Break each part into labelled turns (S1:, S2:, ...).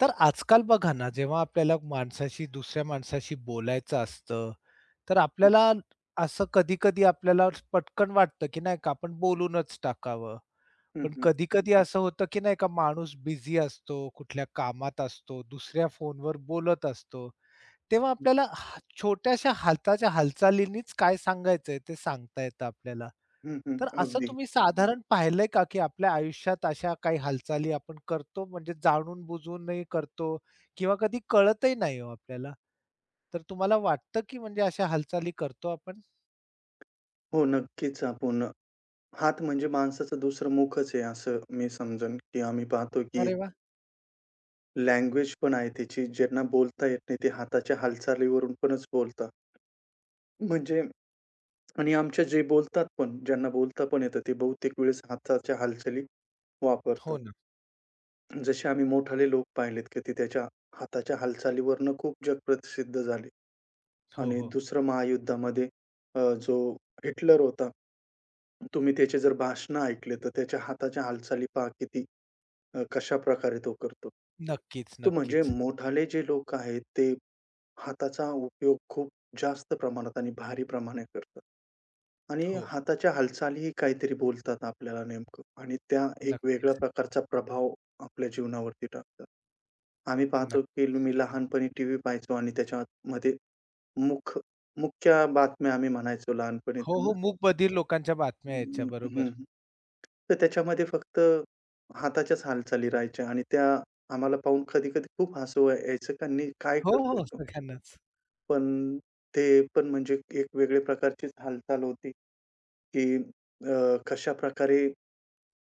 S1: तर आजकाल बघा ना, जेव्हा आपल्याला माणसाशी दुसऱ्या माणसाशी बोलायचं असतं, तर
S2: हं,
S1: आपल्याला असं कधी-कधी आपल्याला पटकन वाटतं, की नाही का आपण बोलूनच टाकावं.
S2: हं,
S1: पण
S2: हं,
S1: कधी-कधी असं होतं, की नाही का माणूस बिझी असतो, कुठल्या कामात असतो, दुसऱ्या फोनवर बोलत असतो. तेव्हा
S2: हं.
S1: आपल्याला हा छोट्याशा हाताच्या हालचालीनीच काय सांगायचंय ते सांगता येतं आपल्याला.
S2: हं,
S1: तर असं
S2: अगदी.
S1: तुम्ही साधारण पाहिलंय का, की आपल्या आयुष्यात अशा काही हालचाली आपण करतो म्हणजे जाणून-बुजूनही करतो किंवा कधी कळतही नाही हो आपल्याला. तर तुम्हाला वाटतं, की म्हणजे अशा हालचाली करतो आपण?
S2: हो, नक्कीच आपण हात म्हणजे माणसाचं दुसरं मुखच आहे असं मी समजेन, की आम्ही पाहतो की एक
S1: अरे वाह!
S2: लँग्वेज पण आहे त्याची. ज्यांना बोलता येत नाही ते हाताच्या हालचालीवरून पणच बोलतात. म्हणजे आणि आमच्या जे बोलतात पण, ज्यांना बोलता पण येतं ते बहुतेक वेळेस हाताच्या हालचाली
S1: हो
S2: वापरतात.
S1: ना.
S2: जसे आम्ही मोठाले लोक पाहिलेत, की ते त्याच्या हाताच्या हालचालीवरनं खूप जगप्रसिद्ध झाले.
S1: हो,
S2: आणि
S1: हो.
S2: दुसरं महायुद्धामध्ये जो हिटलर होता. तुम्ही त्याचे जर भाषणं ऐकले, तर त्याच्या हाताच्या हालचाली पहा किती कशाप्रकारे तो करतो.
S1: नक्कीच,
S2: तर म्हणजे
S1: नक्कीच.
S2: मोठाले जे लोक आहेत, ते हाताचा उपयोग खूप जास्त प्रमाणात आणि भारी प्रमाणे करतात. आणि
S1: हो,
S2: हाताच्या हालचालीही काहीतरी बोलतात आपल्याला नेमकं आणि त्या एक वेगळ्या
S1: नक्कीच.
S2: प्रकारचा प्रभाव आपल्या जीवनावरती टाकतात. आम्ही पाहतो,
S1: नक्क.
S2: की मी लहानपणी टीव्ही पाहायचो आणि त्याच्यामध्ये मुख मुख्य बातम्या आम्ही म्हणायचो लहानपणी.
S1: हो, हो. मूकबधीर लोकांच्या
S2: हं,
S1: बातम्या यायच्या
S2: हं, हं,
S1: बरोबर.
S2: हं. तर त्याच्यामध्ये फक्त हाताच्याच हालचाली राहायच्या आणि त्या आम्हाला पाहून कधी-कधी खूप हसू यायचं, की "नी काय
S1: हो,
S2: करतोय
S1: हो.
S2: तो?"
S1: सगळ्यांनाच.
S2: पण ते पण म्हणजे एक वेगळ्या प्रकारचीच हालचाल होती, की अ, कशाप्रकारे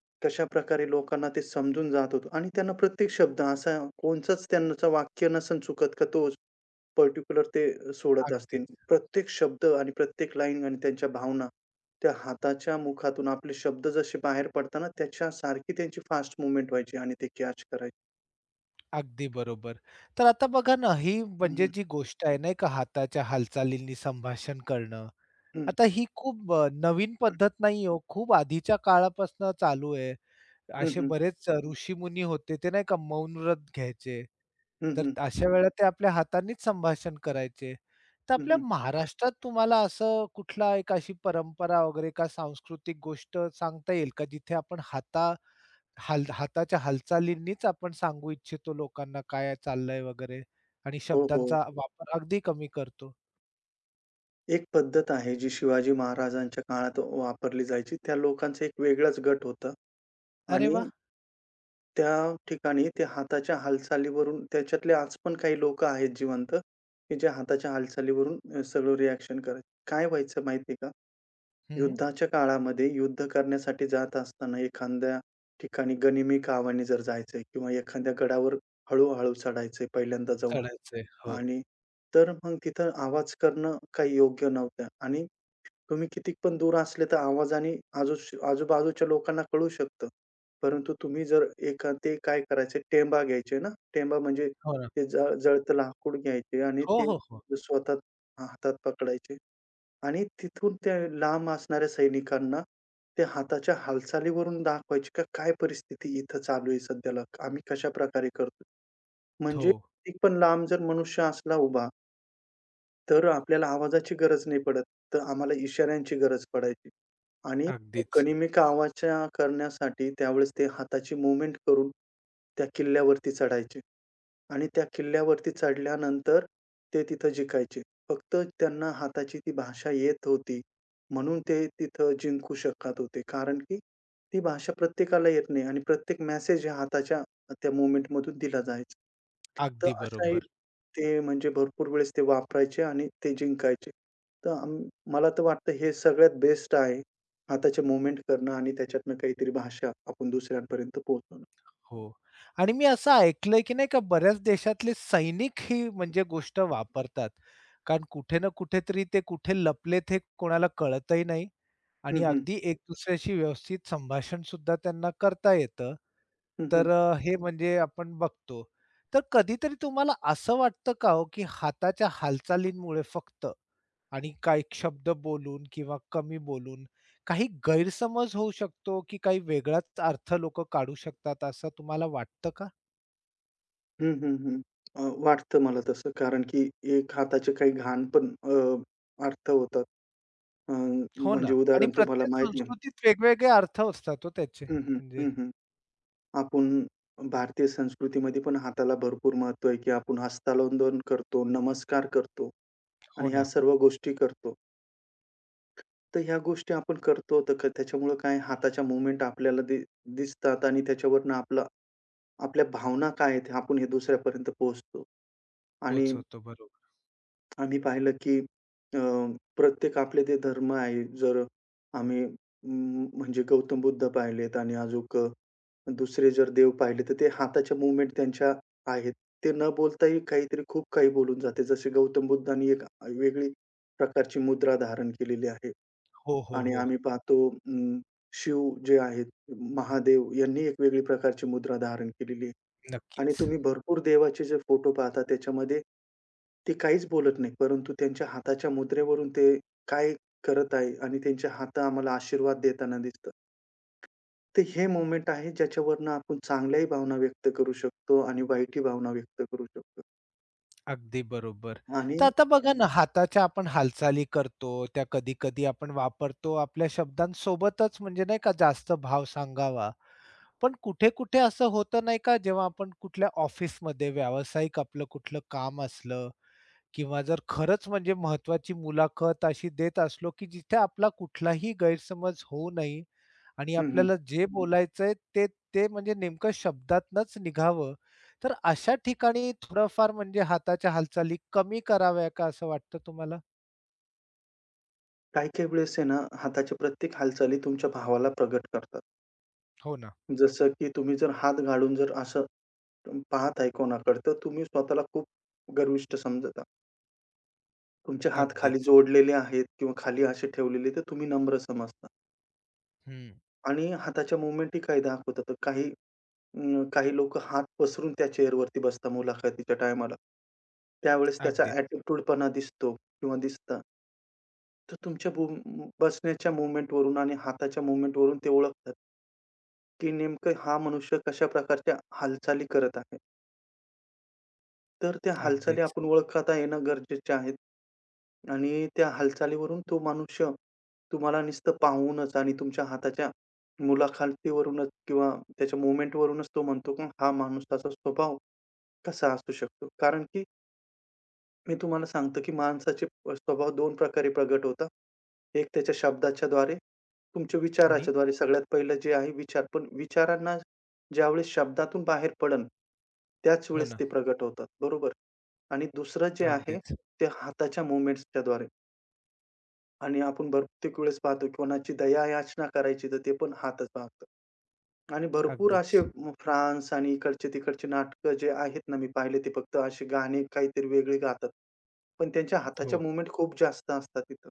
S2: कशा कशाप्रकारे लोकांना ते समजून जात होतं आणि त्यांना प्रत्येक शब्द असा कोणचंच त्यांचं वाक्य नसेल चुकत का तोच पर्टिक्युलर ते सोडत असतील.
S1: अगदीच.
S2: प्रत्येक शब्द आणि प्रत्येक लाईन आणि त्यांच्या भावना, त्या हाताच्या मुखातून आपले शब्द जसे बाहेर पडताना त्याच्यासारखी त्यांची फास्ट मूव्हमेंट व्हायची आणि ते कॅच करायचे.
S1: अगदी बरोबर. तर आता बघा ना, ही
S2: हं,
S1: म्हणजे
S2: हं.
S1: जी गोष्ट आहे नाही का, हाताच्या हालचालींनी संभाषण करणं.
S2: हं,
S1: आता ही खूप नवीन पद्धत नाही हो. खूप आधीच्या काळापासून चालू आहे. असे
S2: हं.
S1: बरेच ऋषीमुनी होते ते नाही का मौन व्रत घ्यायचे. तर
S2: हं,
S1: अशा वेळेला ते आपल्या हातांनीच संभाषण करायचे. तर आपल्या महाराष्ट्रात तुम्हाला असं कुठला एक अशी परंपरा वगैरे का सांस्कृतिक गोष्ट सांगता येईल का जिथे आपण हाताच्या हालचालींनीच आपण सांगू इच्छितो लोकांना काय चाललंय वगैरे आणि
S2: हो, हो.
S1: शब्दांचा वापर अगदी कमी करतो.
S2: एक पद्धत आहे जी शिवाजी महाराजांच्या काळात वापरली जायची. त्या लोकांचा एक वेगळाच गट होता
S1: अरे वा.
S2: आणि त्या ठिकाणी ते हाताच्या हालचालीवरून त्याच्यातले आज पण काही लोकं आहेत जिवंत, की जे हाताच्या हालचालीवरून सगळं रिएक्शन करायचे. काय व्हायचं माहिती का?
S1: हं,
S2: युद्धाच्या काळामध्ये युद्ध करण्यासाठी जात असताना एखाद्या ठिकाणी गनिमी कावाने जर जायचंय किंवा एखाद्या गडावर हळू चढायचंय पहिल्यांदा जाऊन,
S1: चढायचंय. हो,
S2: आणि तर मग तिथं आवाज करणं काही योग्य नव्हतं आणि तुम्ही किती पण दूर असले तर आवाजाने आजूबाजूच्या लोकांना कळू शकतं. परंतु तुम्ही जर एका ते काय करायचे टेंबा घ्यायचे ना, टेंबा म्हणजे
S1: हो ना.
S2: ते जळतं लाकूड घ्यायचे आणि
S1: हो,
S2: ते
S1: हो, हो.
S2: स्वतः हातात पकडायचे आणि तिथून त्या लांब असणाऱ्या सैनिकांना ते हाताच्या हालचालीवरून दाखवायची का काय परिस्थिती इथं चालू आहे सध्याला, आम्ही कशाप्रकारे करतो.
S1: हो,
S2: म्हणजे किती पण लांब जर मनुष्य असला उभा तर आपल्याला आवाजाची गरज नाही पडत. तर आम्हाला इशाऱ्यांची गरज पडायची आणि तो
S1: अगदीच.
S2: गनिमिक आवाज करण्यासाठी त्यावेळेस ते हाताची मूव्हमेंट करून त्या किल्ल्यावरती चढायचे. आणि त्या किल्ल्यावरती चढल्यानंतर ते तिथं जिंकायचे. फक्त त्यांना हाताची ती भाषा येत होती, म्हणून ते तिथं जिंकू शकत होते. कारण की ती भाषा प्रत्येकाला येत नाही आणि प्रत्येक मेसेज हा हाताच्या त्या मूव्हमेंटमधून दिला जायचा. तर
S1: अगदी
S2: अशाही
S1: बरोबर.
S2: ते म्हणजे भरपूर वेळेस ते वापरायचे आणि ते जिंकायचे. तर मला तर वाटतं हे सगळ्यात बेस्ट आहे. हाताचे मूव्हमेंट करणं आणि त्याच्यातनं काहीतरी भाषा आपण दुसऱ्यांपर्यंत पोहोचवणं.
S1: हो. आणि मी असं ऐकलंय, की नाही का बऱ्याच देशातले सैनिक ही म्हणजे गोष्ट वापरतात. कारण कुठे ना कुठेतरी ते कुठे लपलेत हे कोणाला कळतही नाही. आणि
S2: हं, हं.
S1: अगदी एक दुसऱ्याशी व्यवस्थित संभाषण सुद्धा त्यांना करता येतं.
S2: हं, हं.
S1: तर हे म्हणजे आपण बघतो. तर कधीतरी तुम्हाला असं वाटतं का हो, की हाताच्या हालचालींमुळे फक्त आणि काही शब्द बोलून किंवा कमी बोलून काही गैरसमज होऊ शकतो, की काही वेगळाच अर्थ लोकं काढू शकतात असं तुम्हाला वाटतं का?
S2: हं, हं, हं. वाटतं मला तसं कारण की एक हाताचे काही घाण पण अर्थ होतात.
S1: हो ना.
S2: म्हणजे
S1: आणि
S2: उदाहरण तुम्हाला
S1: प्रत्येक
S2: माहिती आहे.
S1: संस्कृतीत वेगवेगळे अर्थ असतात हो त्याचे.
S2: हं, हं,
S1: म्हणजे
S2: हं, हं. आपण भारतीय संस्कृतीमध्ये पण हाताला भरपूर महत्त्व आहे, की आपण हस्तांदोलन करतो, नमस्कार करतो
S1: हो
S2: आणि ह्या
S1: ना.
S2: सर्व गोष्टी करतो. तर ह्या गोष्टी आपण करतो तर त्याच्यामुळं काय हाताच्या मूव्हमेंट आपल्याला दिसतात आणि त्याच्यावरनं आपलं आपल्या भावना काय आहेत, आपण हे दुसऱ्यापर्यंत पोहोचतो. आणि
S1: पोच होतो बरोबर.
S2: आम्ही पाहिलं की प्रत्येक आपले ते धर्म आहे. जर आम्ही म्हणजे गौतम बुद्ध पाहिलेत आणि दुसरे जर देव पाहिले, तर ते हाताच्या मूव्हमेंट त्यांच्या आहेत. ते न बोलताही काहीतरी खूप काही बोलून जाते. जसे गौतम बुद्धांनी एक वेगळी प्रकारची मुद्रा धारण केलेली आहे
S1: हो, हो,
S2: आणि
S1: हो.
S2: आम्ही पाहतो शिव जे आहेत, महादेव यांनी एक वेगळी प्रकारची मुद्रा धारण केलेली आहे. आणि
S1: नक्कीच.
S2: तुम्ही भरपूर देवाचे जे फोटो पाहता त्याच्यामध्ये ते काहीच बोलत नाही. परंतु त्यांच्या हाताच्या मुद्रेवरून ते काय करत आहे आणि त्यांचे हात आम्हाला आशीर्वाद देताना दिसतं. तर हे मोमेंट आहे ज्याच्यावरनं आपण चांगल्याही भावना व्यक्त करू शकतो आणि वाईटही भावना व्यक्त करू शकतो.
S1: अगदी बरोबर.
S2: आणि
S1: तर आता बघा ना, हाताच्या आपण हालचाली करतो, त्या कधी-कधी आपण वापरतो आपल्या शब्दांसोबतच म्हणजे नाही का जास्त भाव सांगावा. पण कुठे-कुठे असं होतं नाही का, जेव्हा आपण कुठल्या ऑफिसमध्ये व्यावसायिक आपलं कुठलं काम असलं किंवा जर खरंच म्हणजे महत्त्वाची मुलाखत अशी देत असलो, की जिथे आपला कुठलाही गैरसमज होऊ नये आणि
S2: हं, हं.
S1: आपल्याला जे बोलायचंय ते ते म्हणजे नेमकं शब्दातनच निघावं. तर अशा ठिकाणी थोडंफार म्हणजे हाताच्या हालचाली कमी कराव्या का असं वाटतं तुम्हाला?
S2: काही-काही वेळेस आहे ना, हाताच्या प्रत्येक हालचाली तुमच्या भावाला प्रगट करतात.
S1: हो ना.
S2: जसं की तुम्ही जर हात गाडून जर असं पाहत आहे कोणाकडे, तर तुम्ही स्वतःला खूप गर्विष्ठ समजत, तुमचे हात खाली
S1: अगदीच.
S2: जोडलेले आहेत किंवा खाली असे ठेवलेले, तर तुम्ही नम्र समजता.
S1: हं.
S2: आणि हाताच्या मूव्हमेंटी काय दाखवतात. तर काही अ, काही लोकं हात पसरून त्या चेअरवरती बसतात मुलाखतीच्या टायमाला. त्यावेळेस त्याचा
S1: अगदीच,
S2: ॲटिट्यूडपणा दिसतो किंवा दिसतं. तर तुमच्या बसण्याच्या मूव्हमेंटवरून आणि हाताच्या मूव्हमेंटवरून ते ओळखतात, की नेमकं हा मनुष्य कशा प्रकारच्या हालचाली करत आहे. तर त्या हालचाली
S1: अगदीच.
S2: आपण ओळखता येणं गरजेचे आहेत. आणि त्या हालचालीवरून तो मनुष्य तुम्हाला नुसतं पाहूनच आणि तुमच्या हाताच्या मुलाखतीवरूनच किंवा त्याच्या मूव्हमेंटवरूनच तो म्हणतो, की हा माणूस त्याचा स्वभाव कसा असू शकतो. कारण की मी तुम्हाला सांगतो, की माणसाचे स्वभाव दोन प्रकारे प्रगट होता. एक त्याच्या शब्दाच्याद्वारे, तुमच्या
S1: आणि
S2: विचाराच्या द्वारे सगळ्यात पहिलं जे आहे विचार. पण विचारांना ज्यावेळेस शब्दातून बाहेर पडल, त्याच
S1: हो
S2: वेळेस ते
S1: ना.
S2: प्रगट होतात, बरोबर? आणि दुसरं जे आहे,
S1: अगदीच,
S2: ते हाताच्या मूव्हमेंट्सच्याद्वारे. आणि आपण बहुतेक वेळेस पाहतो कोणाची दया याचना करायची, तर ते पण हातच पाहतो. आणि भरपूर असे
S1: अगदीच.
S2: फ्रान्स आणि इकडचे-तिकडचे नाटकं जे आहेत ना, मी पाहिले ते फक्त असे गाणे काहीतरी वेगळे गातात. पण त्यांच्या हाताच्या
S1: हो.
S2: मूव्हमेंट खूप जास्त असतात तिथं.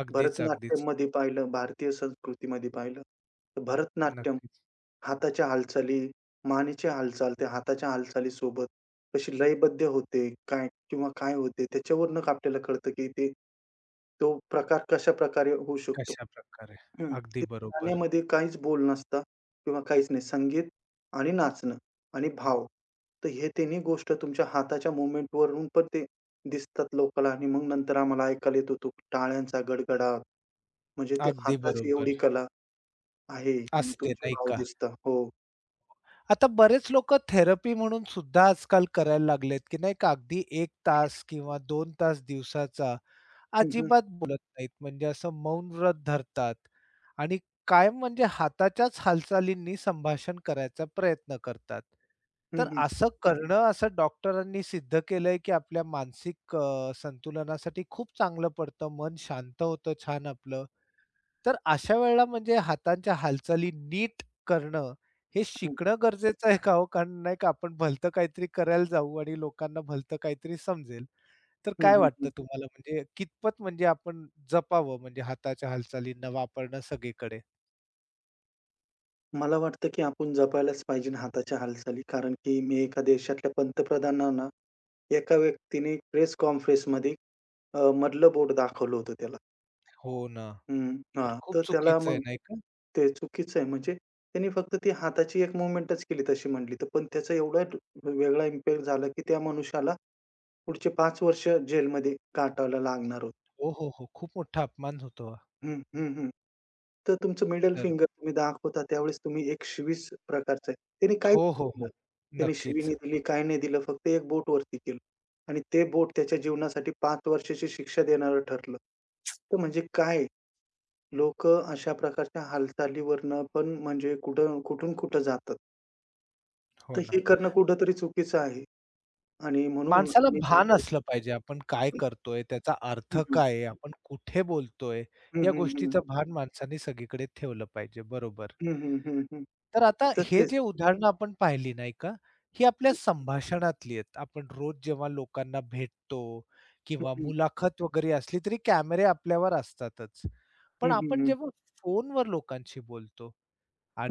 S1: अगदीच, अगदीच.
S2: भरतनाट्यममध्ये पाहिलं, भारतीय संस्कृतीमध्ये पाहिलं, तर भरतनाट्यम
S1: नक्कीच.
S2: हाताच्या हालचाली, मानेची हालचाल, त्या हाताच्या हालचालीसोबत कशी लयबद्ध होते, काय किंवा काय होते, त्याच्यावरून आपल्याला कळतं, की ते तो प्रकार कशाप्रकारे होऊ शकतो.
S1: कशाप्रकारे?
S2: हं.
S1: अगदी
S2: ते
S1: बरोबर,
S2: गाण्यामध्ये काहीच बोल नसतं. किंवा काहीच नाही. संगीत आणि नाचणं आणि भाव. तर हे तिन्ही गोष्ट तुमच्या हाताच्या movement वरून पण ते दिसतात लोकाला आणि मग नंतर आम्हाला ऐकायला येत होतो टाळ्यांचा गडगडाट. म्हणजे ते
S1: अगदी
S2: हाताची एवढी
S1: बरोबर.
S2: कला आहे आणि
S1: असते
S2: तुमचे
S1: नाही
S2: भाव
S1: का?
S2: दिसतात. हो.
S1: आता बरेच लोकं थेरपी म्हणून सुद्धा आजकाल करायला लागलेत, की नाही का अगदी 1 तास किंवा 2 तास दिवसाचा
S2: हं, हं.
S1: अजिबात बोलत नाहीत, म्हणजे असं मौन व्रत धरतात आणि कायम म्हणजे हाताच्याच हालचालींनी संभाषण करायचा प्रयत्न करतात.
S2: हं,
S1: तर
S2: हं.
S1: असं करणं असं डॉक्टरांनी सिद्ध केलंय, की आपल्या मानसिक संतुलनासाठी खूप चांगलं पडतं. मन शांत होतं छान आपलं. तर अशा वेळेला म्हणजे हातांच्या हालचाली नीट करणं हे
S2: हं.
S1: शिकणं गरजेचं आहे का हो? कारण नाही का आपण भलतं काहीतरी करायला जाऊ आणि लोकांना भलतं काहीतरी समजेल. तर
S2: हं,
S1: काय
S2: हं,
S1: वाटतं
S2: हं.
S1: तुम्हाला म्हणजे कितपत म्हणजे आपण जपावं म्हणजे हाताच्या हालचालींना वापरणं सगळीकडे?
S2: मला वाटतं की आपण जपायलाच पाहिजे हाताच्या हालचाली. कारण की मी एका देशातल्या पंतप्रधानांना एका व्यक्तीने प्रेस कॉन्फरन्समध्ये मधलं बोट दाखवलं होतं त्याला.
S1: हो ना.
S2: हं.
S1: तर
S2: हां.
S1: खूप
S2: तर त्याला
S1: चुकीचं आहे
S2: मग
S1: नाही का?
S2: ते चुकीचं आहे. म्हणजे त्यांनी फक्त ती हाताची एक मूव्हमेंटच केली तशी म्हटली तर पण त्याचा एवढा वेगळा इम्पॅक्ट झाला, की त्या मनुष्याला पुढचे पाच वर्ष जेलमध्ये काटायला लागणार होतं.
S1: हो, हो, हो. खूप मोठा अपमान होतो हा.
S2: हं, हं, हं. तर तुमचं मिडल
S1: तर.
S2: फिंगर तुम्ही दाखवता त्यावेळेस तुम्ही एक प्रकारचं आहे. त्याने काहीच
S1: हो, हो,
S2: नाही केलं.
S1: हो.
S2: त्याने शिवी
S1: नक्कीच.
S2: नाही दिली, काही नाही दिलं. फक्त एक बोट वरती केलं आणि ते बोट त्याच्या जीवनासाठी 5 वर्षाची शिक्षा देणारं ठरलं. तर म्हणजे काय? लोकं अशा प्रकारच्या हालचालीवरनं पण म्हणजे कुठं कुठून कुठं जातात.
S1: हो
S2: तर
S1: ना.
S2: हे करणं कुठेतरी चुकीचं आहे आणि म्हणून
S1: माणसाला
S2: मी
S1: भान
S2: आमच्या
S1: असलं पाहिजे आपण काय करतोय, त्याचा
S2: हं,
S1: अर्थ
S2: हं.
S1: काय आहे, आपण कुठे बोलतोय,
S2: हं,
S1: या
S2: हं, हं.
S1: गोष्टीचं भान माणसाने सगळीकडे ठेवलं पाहिजे. बरोबर.
S2: हं, हं, हं,
S1: तर आता
S2: तर
S1: हे
S2: तेच.
S1: जे उदाहरणं आपण पाहिली नाही का, ही आपल्या संभाषणातली आहेत. आपण रोज जेव्हा लोकांना भेटतो
S2: हं,
S1: किंवा
S2: हं.
S1: मुलाखत वगैरे असली तरी कॅमेरे आपल्यावर असतातच. पण
S2: हं, हं,
S1: आपण
S2: हं.
S1: जेव्हा फोनवर लोकांशी बोलतो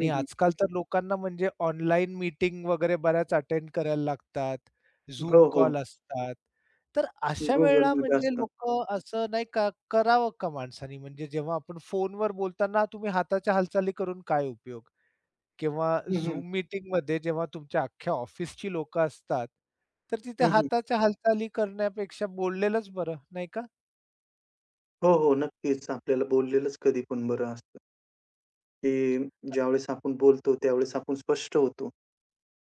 S2: हं, हं.
S1: आजकाल तर लोकांना म्हणजे ऑनलाईन मीटिंग वगैरे बऱ्याच अटेंड करायला लागतात.
S2: हो,
S1: Zoom
S2: हो.
S1: कॉल असतात. तर अशा
S2: गुगल
S1: वेळेला
S2: Meet
S1: म्हणजे
S2: असतं.
S1: लोकं असं नाही का, करावं का माणसाने? म्हणजे जेव्हा आपण फोनवर बोलताना तुम्ही हाताच्या हालचाली करून काय उपयोग? किंवा
S2: हं, हं.
S1: Zoom मीटिंगमध्ये जेव्हा तुमच्या अख्ख्या ऑफिसची लोकं असतात, तर तिथे
S2: हं, हं.
S1: हाताच्या हालचाली करण्यापेक्षा बोललेलंच बरं, नाही का?
S2: हो, हो. नक्कीच. आपल्याला बोललेलंच कधी पण बरं असतं. की ज्यावेळेस आपण बोलतो, त्यावेळेस आपण स्पष्ट होतो.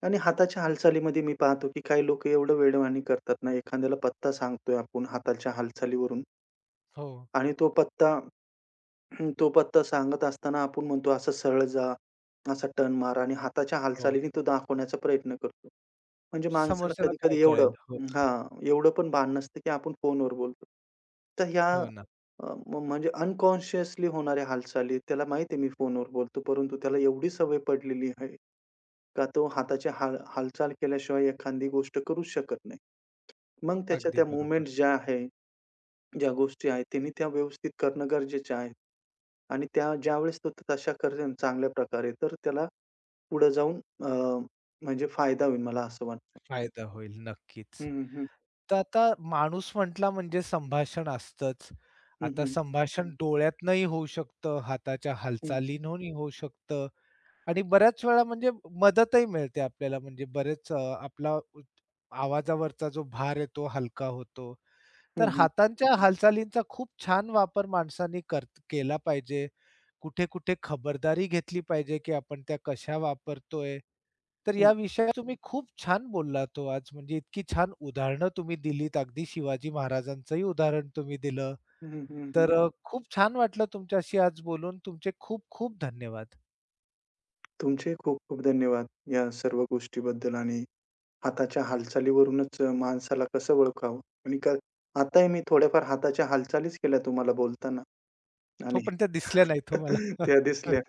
S2: आणि हाताच्या हालचालीमध्ये मी पाहतो, की काही लोक एवढं वेडवाणी करतात ना, एखाद्याला पत्ता सांगतोय आपण हाताच्या हालचालीवरून
S1: हो,
S2: आणि तो पत्ता. हं, तो पत्ता सांगत असताना आपण म्हणतो, "असं सरळ जा, असा टर्न मारा" आणि हाताच्या
S1: हो.
S2: हालचालीने तो दाखवण्याचा प्रयत्न करतो. म्हणजे माणसाला
S1: समोरच्याला काय
S2: कधी-कधी एवढं,
S1: कळेल? हो,
S2: हां, एवढं पण भान नसतं, की आपण फोनवर बोलतो. तर ह्या
S1: हो ना.
S2: अ, म म्हणजे अनकॉन्शियसली होणाऱ्या हालचाली, त्याला माहिती आहे मी फोनवर बोलतो, परंतु त्याला एवढी सवय पडलेली आहे, का तो हाताची हालचाल केल्याशिवाय एखादी गोष्ट करूच शकत नाही. मग त्याच्या
S1: अगदी
S2: त्या मूव्हमेंट
S1: बरोबर.
S2: ज्या आहे ज्या गोष्टी आहेत त्यांनी त्या व्यवस्थित करणं गरजेचे आहे. आणि त्या ज्यावेळेस तो तशा करेल चांगल्या प्रकारे तर त्याला पुढे जाऊन अ, म्हणजे फायदा होईल मला असं वाटतं.
S1: फायदा होईल नक्कीच.
S2: हं, हं,
S1: तर आता माणूस म्हटला म्हणजे संभाषण असतंच.
S2: हं,
S1: आता
S2: हं,
S1: संभाषण डोळ्यातनंही होऊ शकतं, हाताच्या
S2: हं,
S1: हालचालींहूनही होऊ शकतं. आणि बऱ्याच वेळा म्हणजे मदतही मिळते आपल्याला म्हणजे आपला उ आवाजावरचा जो भार आहे तो हलका होतो.
S2: हं,
S1: तर
S2: हं,
S1: हातांच्या हालचालींचा खूप छान वापर माणसांनी केला पाहिजे. कुठे-कुठे खबरदारी घेतली पाहिजे, की आपण त्या कशा वापरतोय. तर
S2: हं,
S1: या विषयात तुम्ही खूप छान बोललात हो आज. म्हणजे इतकी छान उदाहरणं तुम्ही दिलीत. अगदी शिवाजी महाराजांचंही उदाहरण तुम्ही दिलं.
S2: हं, हं, हं.
S1: तर खूप छान वाटलं तुमच्याशी आज बोलून. तुमचे खूप खूप धन्यवाद.
S2: तुमचे खूप-खूप धन्यवाद या सर्व गोष्टीबद्दल आणि हाताच्या हालचालीवरूनच माणसाला कसं ओळखावं आणि आताही मी थोड्याफार हाताच्या हालचालीच केल्या तुम्हाला बोलताना आणि
S1: हो, पण त्या दिसल्या नाहीत हो मला.
S2: त्या दिसल्या.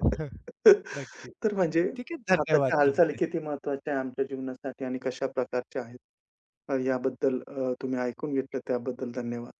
S1: नक्की.
S2: तर म्हणजे
S1: ठीक आहे. धन्यवाद
S2: हाताच्या हालचाली
S1: तुमचे.
S2: किती महत्त्वाच्या आहे आमच्या जीवनासाठी आणि कशा प्रकारच्या आहेत? याबद्दल तुम्ही ऐकून घेतलं त्याबद्दल धन्यवाद.